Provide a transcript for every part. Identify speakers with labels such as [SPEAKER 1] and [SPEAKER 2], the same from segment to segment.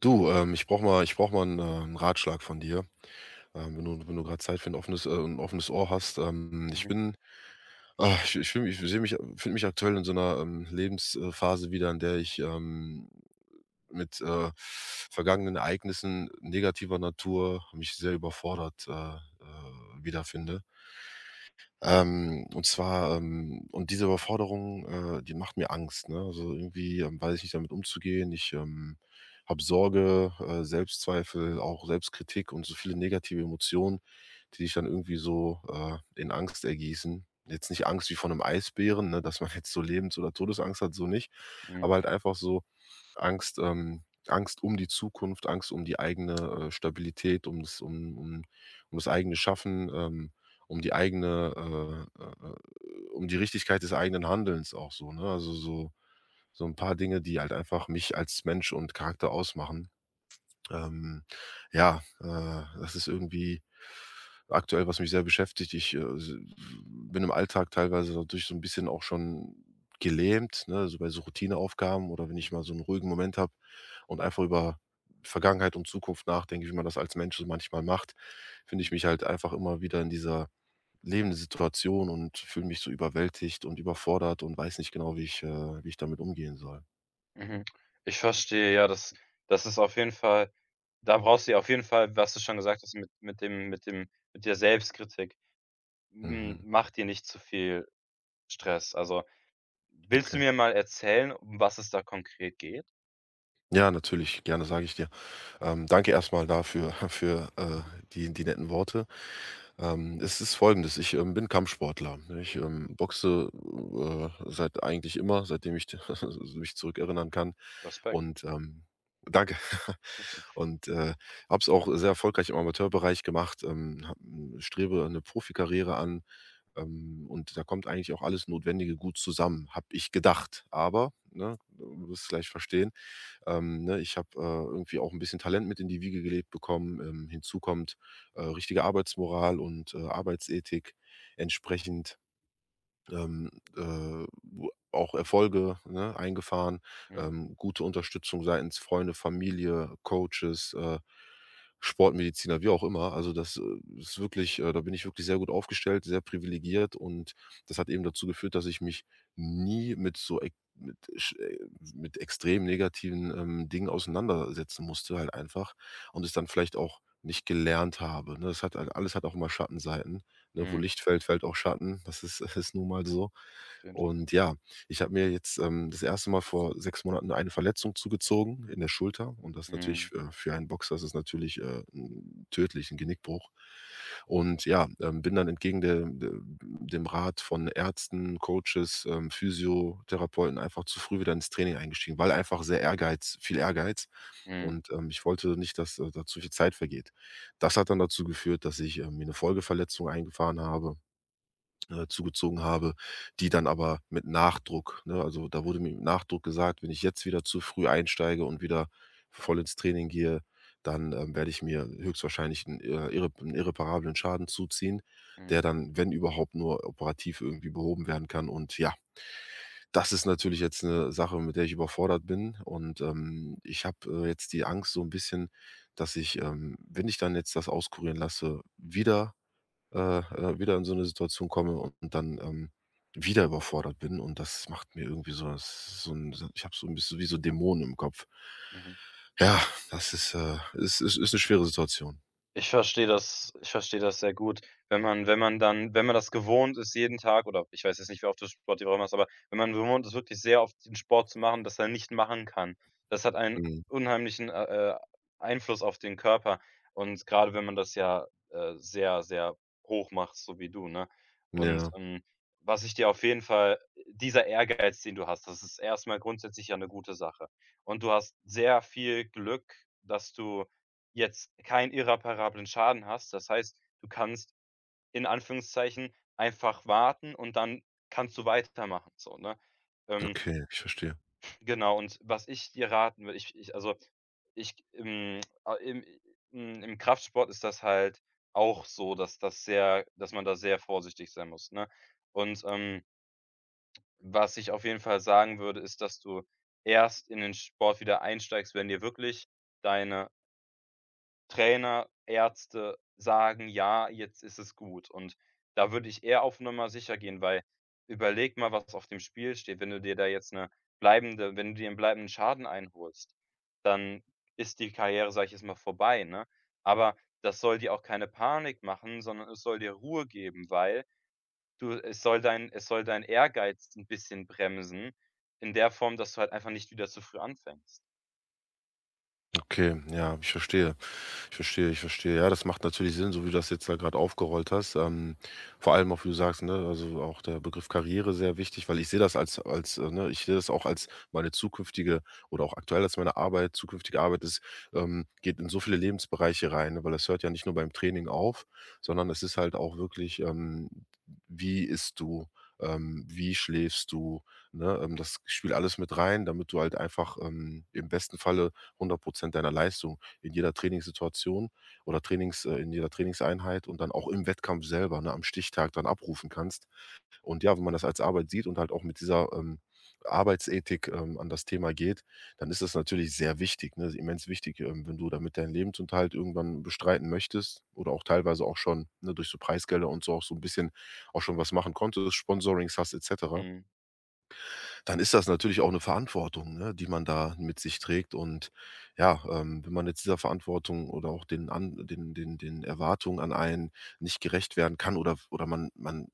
[SPEAKER 1] Du, ich brauche mal einen 'n Ratschlag von dir, wenn du grad Zeit für ein offenes 'n offenes Ohr hast.
[SPEAKER 2] Mhm,
[SPEAKER 1] Ich fühle mich ich sehe mich finde mich aktuell in so einer Lebens wieder, in der ich mit vergangenen Ereignissen negativer Natur mich sehr überfordert wiederfinde. Und zwar, diese Überforderung, die macht mir Angst, ne? Also, irgendwie, weiß ich nicht, damit umzugehen. Ich habe Sorge, Selbstzweifel, auch Selbstkritik und so viele negative Emotionen, die sich dann irgendwie so in Angst ergießen. Jetzt nicht Angst wie von einem Eisbären, ne, dass man jetzt so Lebens oder Todesangst hat, so nicht,
[SPEAKER 2] mhm,
[SPEAKER 1] aber halt einfach so Angst Angst um die Zukunft, Angst um die eigene, Stabilität, ums um um um das eigene Schaffen, um die eigene, um die Richtigkeit des eigenen Handelns auch so, ne? Also, so so ein paar Dinge, die halt einfach mich als Mensch und Charakter ausmachen. Ähm, ja, das ist irgendwie aktuell, was mich sehr beschäftigt. Ich, s bin im Alltag teilweise dadurch so ein bisschen auch schon gelähmt, ne, so bei so Routineaufgaben oder wenn ich mal so einen ruhigen Moment habe und einfach über Vergangenheit und Zukunft nachdenke, wie man das als Mensch so manchmal macht, finde ich mich halt einfach immer wieder in dieser lebende Situation und fühle mich so überwältigt und überfordert und weiß nicht genau, wie ich damit umgehen soll.
[SPEAKER 2] mhm. Ich verstehe, ja, das ist auf jeden Fall. Da brauchst du ja auf jeden Fall, was du schon gesagt hast, mit der Selbstkritik. Hm,
[SPEAKER 1] Mhm,
[SPEAKER 2] mach dir nicht zu viel Stress. Also, willst du
[SPEAKER 1] okay.
[SPEAKER 2] mir mal erzählen, um was es da konkret geht?
[SPEAKER 1] Ja, natürlich, gerne, sage ich dir. Danke erstmal dafür für die netten Worte. Es ist Folgendes: Ich bin Kampfsportler. Ne? Ich boxe seit eigentlich immer, seitdem ich mich zurückerinnern kann
[SPEAKER 2] Respekt.
[SPEAKER 1] und, danke. Und, habe es auch sehr erfolgreich im Amateurbereich gemacht, habe strebe eine Profikarriere an. Und da kommt eigentlich auch alles Notwendige gut zusammen, habe ich gedacht. Aber, ne, du wirst es gleich verstehen, ne, ich habe irgendwie auch ein bisschen Talent mit in die Wiege gelegt bekommen. Hinzu kommt, richtige Arbeitsmoral und, Arbeitsethik. Entsprechend ähm, äh, auch Erfolge, ne, eingefahren,
[SPEAKER 2] Mhm,
[SPEAKER 1] gute Unterstützung seitens Freunde, Familie, Coaches, Sportmediziner, wie auch immer. Also das ist wirklich da bin ich wirklich sehr gut aufgestellt, sehr privilegiert und das hat eben dazu geführt, dass ich mich nie mit so ex mit sch mit extrem negativen, Dingen auseinandersetzen musste halt einfach und es dann vielleicht auch nicht gelernt habe, ne? Es hat halt alles hat auch immer Schattenseiten. Ne, wo
[SPEAKER 2] mhm,
[SPEAKER 1] Licht fällt, fällt auch Schatten. Das ist ist nun mal so.
[SPEAKER 2] auf jeden F
[SPEAKER 1] Und ja, ich habe mir jetzt, das erste Mal vor 6 Monaten eine Verletzung zugezogen in der Schulter und das natürlich,
[SPEAKER 2] mhm,
[SPEAKER 1] für einen Boxer ist es natürlich, 'n tödlich, ein Genickbruch. Und ja, bin dann entgegen der de dem Rat von Ärzten, Coaches, Physiotherapeuten einfach zu früh wieder ins Training eingestiegen, weil einfach sehr Ehrgeiz viel Ehrgeiz
[SPEAKER 2] mhm,
[SPEAKER 1] und, ich wollte nicht, dass, da zu viel Zeit vergeht. Das hat dann dazu geführt, dass ich, mir eine Folgeverletzung eingefahren habe zugezogen habe, die dann aber mit Nachdruck ne, also, da wurde mir mit Nachdruck gesagt: „Wenn ich jetzt wieder zu früh einsteige und wieder voll ins Training gehe, dann, werde ich mir höchstwahrscheinlich einen irrep 'n irreparablen Schaden zuziehen,
[SPEAKER 2] mhm,
[SPEAKER 1] der dann, wenn überhaupt, nur operativ irgendwie behoben werden kann.“ Und ja, das ist natürlich jetzt eine Sache, mit der ich überfordert bin und, ähm, ich habe jetzt die Angst so ein bisschen, dass ich, wenn ich dann jetzt das auskurieren lasse, wieder in so eine Situation komme und dann, wieder überfordert bin und das macht mir irgendwie so so 'n so ich habe so ein bisschen wie so Dämonen im Kopf.
[SPEAKER 2] mhm.
[SPEAKER 1] Ja, das ist, ist 'ne schwere Situation.
[SPEAKER 2] Ich verstehe das sehr gut. Wenn man das gewohnt ist, jeden Tag oder ich weiß jetzt nicht, wie oft du Sport die Woche machst, aber wenn man gewohnt ist, wirklich sehr oft den Sport zu machen, das er nicht machen kann, das hat einen
[SPEAKER 1] Mhm.
[SPEAKER 2] unheimlichen, äh, Einfluss auf den Körper und gerade wenn man das ja, sehr, sehr hoch macht, so wie du, ne? Und,
[SPEAKER 1] Ja,
[SPEAKER 2] was ich dir auf jeden Fall. Dieser Ehrgeiz, den du hast, das ist erstmal grundsätzlich ja eine gute Sache. Und du hast sehr viel Glück, dass du jetzt keinen irreparablen Schaden hast. Das heißt, du kannst in Anführungszeichen einfach warten und dann kannst du weitermachen so, ne? Ähm,
[SPEAKER 1] okay, ich verstehe.
[SPEAKER 2] genau. Und was ich dir raten würde, ich also, ich a im hm, im Kraftsport ist das halt auch so, dass man da sehr vorsichtig sein muss, ne? Und, was ich auf jeden Fall sagen würde, ist, dass du erst in den Sport wieder einsteigst, wenn dir wirklich deine Trainer, Ärzte sagen: „Ja, jetzt ist es gut.“ Und da würde ich eher auf Nummer sicher gehen, weil überleg mal, was auf dem Spiel steht. Wenn du dir da jetzt eine bleibende wenn du dir einen bleibenden Schaden einholst, dann ist die Karriere, sage ich jetzt mal, vorbei, ne? Aber das soll dir auch keine Panik machen, sondern es soll dir Ruhe geben, weil du es soll dein Ehrgeiz ein bisschen bremsen in der Form, dass du halt einfach nicht wieder zu früh anfängst.
[SPEAKER 1] Okay, ja, ich verstehe. Ich verstehe, ich verstehe. Ja, das macht natürlich Sinn, so wie du das jetzt da gerade aufgerollt hast. Vor allem auch, wie du sagst, ne, also auch der Begriff Karriere sehr wichtig, weil ich sehe das als, als, ne, ich sehe das auch als meine zukünftige oder auch aktuell als meine Arbeit, zukünftige Arbeit ist, geht in so viele Lebensbereiche rein, ne, weil das hört ja nicht nur beim Training auf, sondern es ist halt auch wirklich, wie isst du? Wie schläfst du? Ne? Das spielt alles mit rein, damit du halt einfach im besten Falle 100% deiner Leistung in jeder Trainingssituation oder Trainings in jeder Trainingseinheit und dann auch im Wettkampf selber, ne, am Stichtag dann abrufen kannst. Und ja, wenn man das als Arbeit sieht und halt auch mit dieser, Arbeitsethik, an das Thema geht, dann ist das natürlich sehr wichtig, ne? Immens wichtig, wenn du damit deinen Lebensunterhalt irgendwann bestreiten möchtest oder auch teilweise auch schon, ne, durch so Preisgelder und so auch so ein bisschen auch schon was machen konntest, Sponsorings hast etc.,
[SPEAKER 2] Mhm,
[SPEAKER 1] dann ist das natürlich auch eine Verantwortung, ne, die man da mit sich trägt. Und ja, wenn man jetzt dieser Verantwortung oder auch den an den Erwartungen an einen nicht gerecht werden kann oder man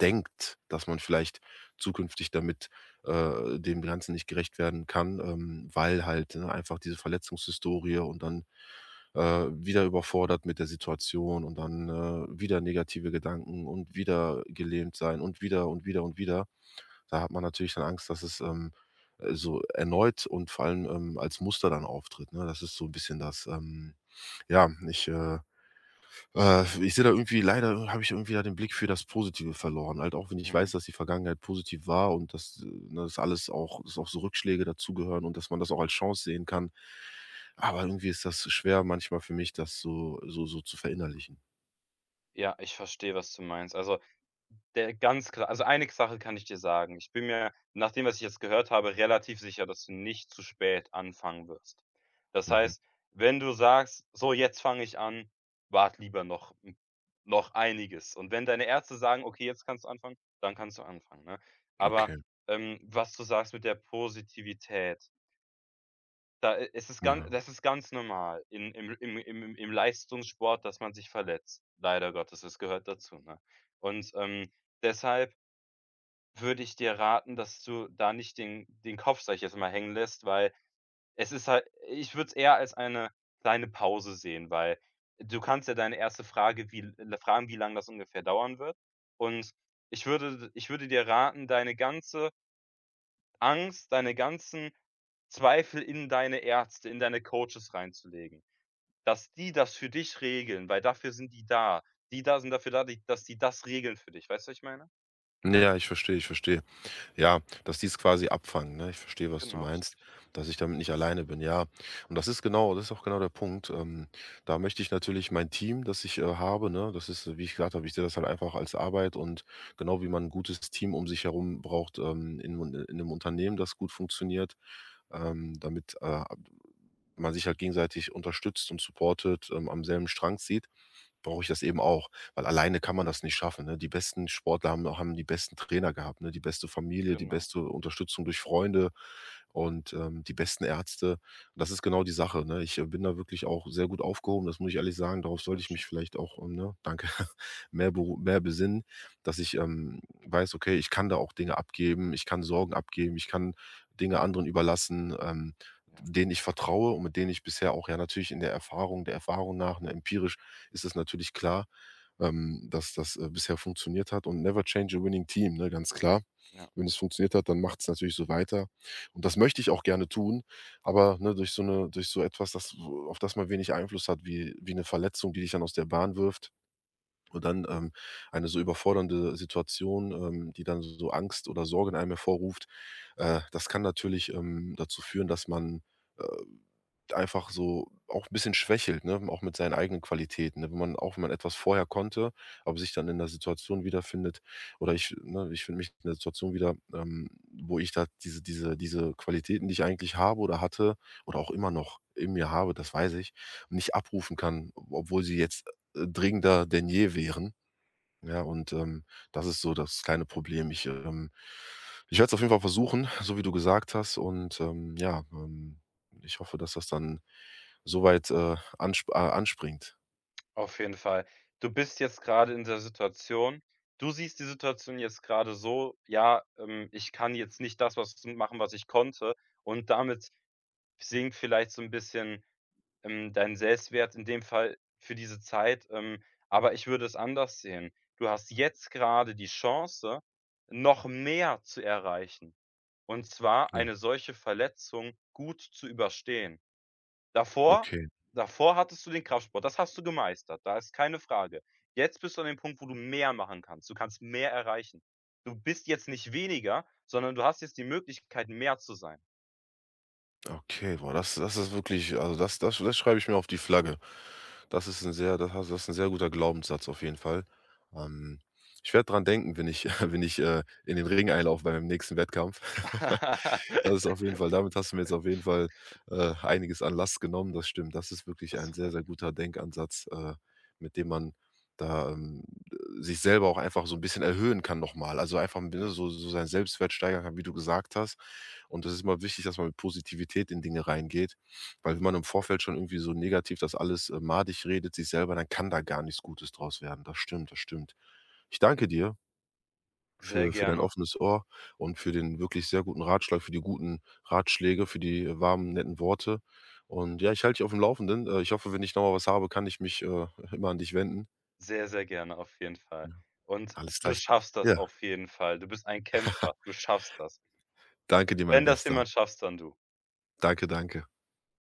[SPEAKER 1] denkt, dass man vielleicht zukünftig damit, dem Ganzen nicht gerecht werden kann, weil halt, ne, einfach diese Verletzungshistorie und dann, wieder überfordert mit der Situation und dann, wieder negative Gedanken und wieder gelähmt sein und wieder und wieder und wieder. Da hat man natürlich dann Angst, dass es, so erneut und vor allem, als Muster dann auftritt, ne? Das ist so ein bisschen das, ja, ich, äh ich sehe da irgendwie leider habe ich irgendwie da den Blick für das Positive verloren, halt auch wenn ich
[SPEAKER 2] mhm.
[SPEAKER 1] weiß, dass die Vergangenheit positiv war und dass, ne, das alles auch dass auch so Rückschläge dazugehören und dass man das auch als Chance sehen kann. Aber irgendwie ist das schwer manchmal für mich, das so zu verinnerlichen.
[SPEAKER 2] Ja, ich verstehe, was du meinst. Also, Der ganz klar also eine Sache kann ich dir sagen. Ich bin mir nach dem, was ich jetzt gehört habe, relativ sicher, dass du nicht zu spät anfangen wirst. Das
[SPEAKER 1] Mhm.
[SPEAKER 2] heißt, wenn du sagst: „So, jetzt fange ich an“, wart lieber noch einiges. Und wenn deine Ärzte sagen: „Okay, jetzt kannst du anfangen“, dann kannst du anfangen, ne? Aber,
[SPEAKER 1] Okay.
[SPEAKER 2] was du sagst mit der Positivität, da i ist es ganz
[SPEAKER 1] Ja.
[SPEAKER 2] das ist ganz normal in im Leistungssport, dass man sich verletzt. Leider Gottes, das gehört dazu, ne? Und, deshalb würde ich dir raten, dass du da nicht den Kopf, sage ich jetzt mal, hängen lässt, weil es ist halt ich würde es eher als eine kleine Pause sehen, weil du kannst ja deine erste Frage wie l fragen, wie lange das ungefähr dauern wird. Und ich würde dir raten, deine ganze Angst, deine ganzen Zweifel in deine Ärzte, in deine Coaches reinzulegen, dass die das für dich regeln, weil dafür sind die da. Die da sind dafür da, die dass die das regeln für dich. Weißt du, was ich meine?
[SPEAKER 1] Ja, ich verstehe, ich verstehe. Ja, dass die es quasi abfangen, ne? Ich verstehe, was du
[SPEAKER 2] Genau,
[SPEAKER 1] meinst,
[SPEAKER 2] richtig.
[SPEAKER 1] dass ich damit nicht alleine bin, ja. Und das ist genau, das ist auch genau der Punkt. Da möchte ich natürlich mein Team, das ich, habe, ne das ist, wie ich gesagt habe, ich sehe das halt einfach als Arbeit und genau wie man ein gutes Team um sich herum braucht, in 'nem Unternehmen, das gut funktioniert, ähm, damit, äh man sich halt gegenseitig unterstützt und supportet, am selben Strang zieht, brauche ich das eben auch, weil alleine kann man das nicht schaffen, ne? Die besten Sportler haben die besten Trainer gehabt, ne, die beste Familie, die
[SPEAKER 2] Genau.
[SPEAKER 1] beste Unterstützung durch Freunde, und, die besten Ärzte. Das ist genau die Sache, ne? Ich bin da wirklich auch sehr gut aufgehoben, das muss ich ehrlich sagen. Darauf sollte
[SPEAKER 2] Sehr
[SPEAKER 1] ich mich
[SPEAKER 2] schön,
[SPEAKER 1] vielleicht auch, ne, danke, mehr besinnen, dass ich, weiß: „Okay, ich kann da auch Dinge abgeben, ich kann Sorgen abgeben, ich kann Dinge anderen überlassen,
[SPEAKER 2] ja.
[SPEAKER 1] denen ich vertraue und mit denen ich bisher auch ja natürlich in der Erfahrung nach, ne, empirisch ist es natürlich klar, dass das, bisher funktioniert hat und never change a winning team, ne, ganz klar.
[SPEAKER 2] Ja,
[SPEAKER 1] Wenn es funktioniert hat, dann macht es natürlich so weiter. Und das möchte ich auch gerne tun, aber, ne, durch so eine, durch so etwas, das auf das man wenig Einfluss hat, wie wie eine Verletzung, die dich dann aus der Bahn wirft und dann, eine so überfordernde Situation, die dann so so Angst oder Sorge in einem hervorruft, das kann natürlich, dazu führen, dass man, äh einfach so auch ein bisschen schwächelt, ne, auch mit seinen eigenen Qualitäten, ne? Wenn man auch wenn man etwas vorher konnte, aber sich dann in der Situation wiederfindet oder ich ne, ich finde mich in der Situation wieder, wo ich da diese Qualitäten, die ich eigentlich habe oder hatte oder auch immer noch in mir habe, das weiß ich, nicht abrufen kann, obwohl sie jetzt, dringender denn je wären. Ja, und, das ist so das kleine Problem. Ich werde es auf jeden Fall versuchen, so wie du gesagt hast und, ja, ich hoffe, dass das dann soweit anspringt.
[SPEAKER 2] auf jeden Fall. Du bist jetzt gerade in der Situation. Du siehst die Situation jetzt gerade so: „Ja, ich kann jetzt nicht das was machen, was ich konnte.“ Und damit sinkt vielleicht so ein bisschen, dein Selbstwert in dem Fall für diese Zeit, aber ich würde es anders sehen. Du hast jetzt gerade die Chance, noch mehr zu erreichen, und zwar
[SPEAKER 1] Ja.
[SPEAKER 2] eine solche Verletzung gut zu überstehen. Davor
[SPEAKER 1] Okay,
[SPEAKER 2] davor hattest du den Kraftsport, das hast du gemeistert, da ist keine Frage. Jetzt bist du an dem Punkt, wo du mehr machen kannst. Du kannst mehr erreichen. Du bist jetzt nicht weniger, sondern du hast jetzt die Möglichkeit, mehr zu sein.
[SPEAKER 1] okay, boah, das das ist wirklich, also, das das das schreibe ich mir auf die Flagge. Das ist ein sehr, da hast, das ist ein sehr guter Glaubenssatz auf jeden Fall. Ähm, Ich werde dran denken, wenn ich wenn ich, in den Ring einlaufe bei meinem nächsten Wettkampf. Das ist auf jeden Fall, damit hast du mir jetzt auf jeden Fall, einiges an Last genommen, das stimmt. Das ist wirklich
[SPEAKER 2] Das
[SPEAKER 1] ein sehr,
[SPEAKER 2] freut
[SPEAKER 1] sehr
[SPEAKER 2] mich,
[SPEAKER 1] guter Denkansatz, mit dem man da, sich selber auch einfach so ein bisschen erhöhen kann nochmal. Also, einfach, ne,
[SPEAKER 2] genau,
[SPEAKER 1] so so seinen Selbstwert steigern kann, wie du gesagt hast. Und das ist immer wichtig, dass man mit Positivität in Dinge reingeht. Weil wenn man im Vorfeld schon irgendwie so negativ das alles, madig redet, sich selber, dann kann da gar nichts Gutes draus werden. Das stimmt, das stimmt. Ich
[SPEAKER 2] genau.
[SPEAKER 1] danke dir
[SPEAKER 2] Sehr
[SPEAKER 1] für dein
[SPEAKER 2] gerne,
[SPEAKER 1] offenes Ohr und für den wirklich sehr guten Ratschlag, für die guten Ratschläge, für die, warmen, netten Worte. Und ja, ich halte dich auf dem Laufenden. Ich hoffe, wenn ich noch mal was habe, kann ich mich, immer an dich wenden.
[SPEAKER 2] sehr, sehr gerne auf jeden Fall.
[SPEAKER 1] Ja,
[SPEAKER 2] Und
[SPEAKER 1] alles
[SPEAKER 2] du
[SPEAKER 1] gleich.
[SPEAKER 2] schaffst das
[SPEAKER 1] Ja,
[SPEAKER 2] auf jeden Fall. Du bist ein Kämpfer, du schaffst das.
[SPEAKER 1] danke dir, mein
[SPEAKER 2] Wenn das
[SPEAKER 1] Bester.
[SPEAKER 2] jemand schafft, dann du.
[SPEAKER 1] Danke, danke.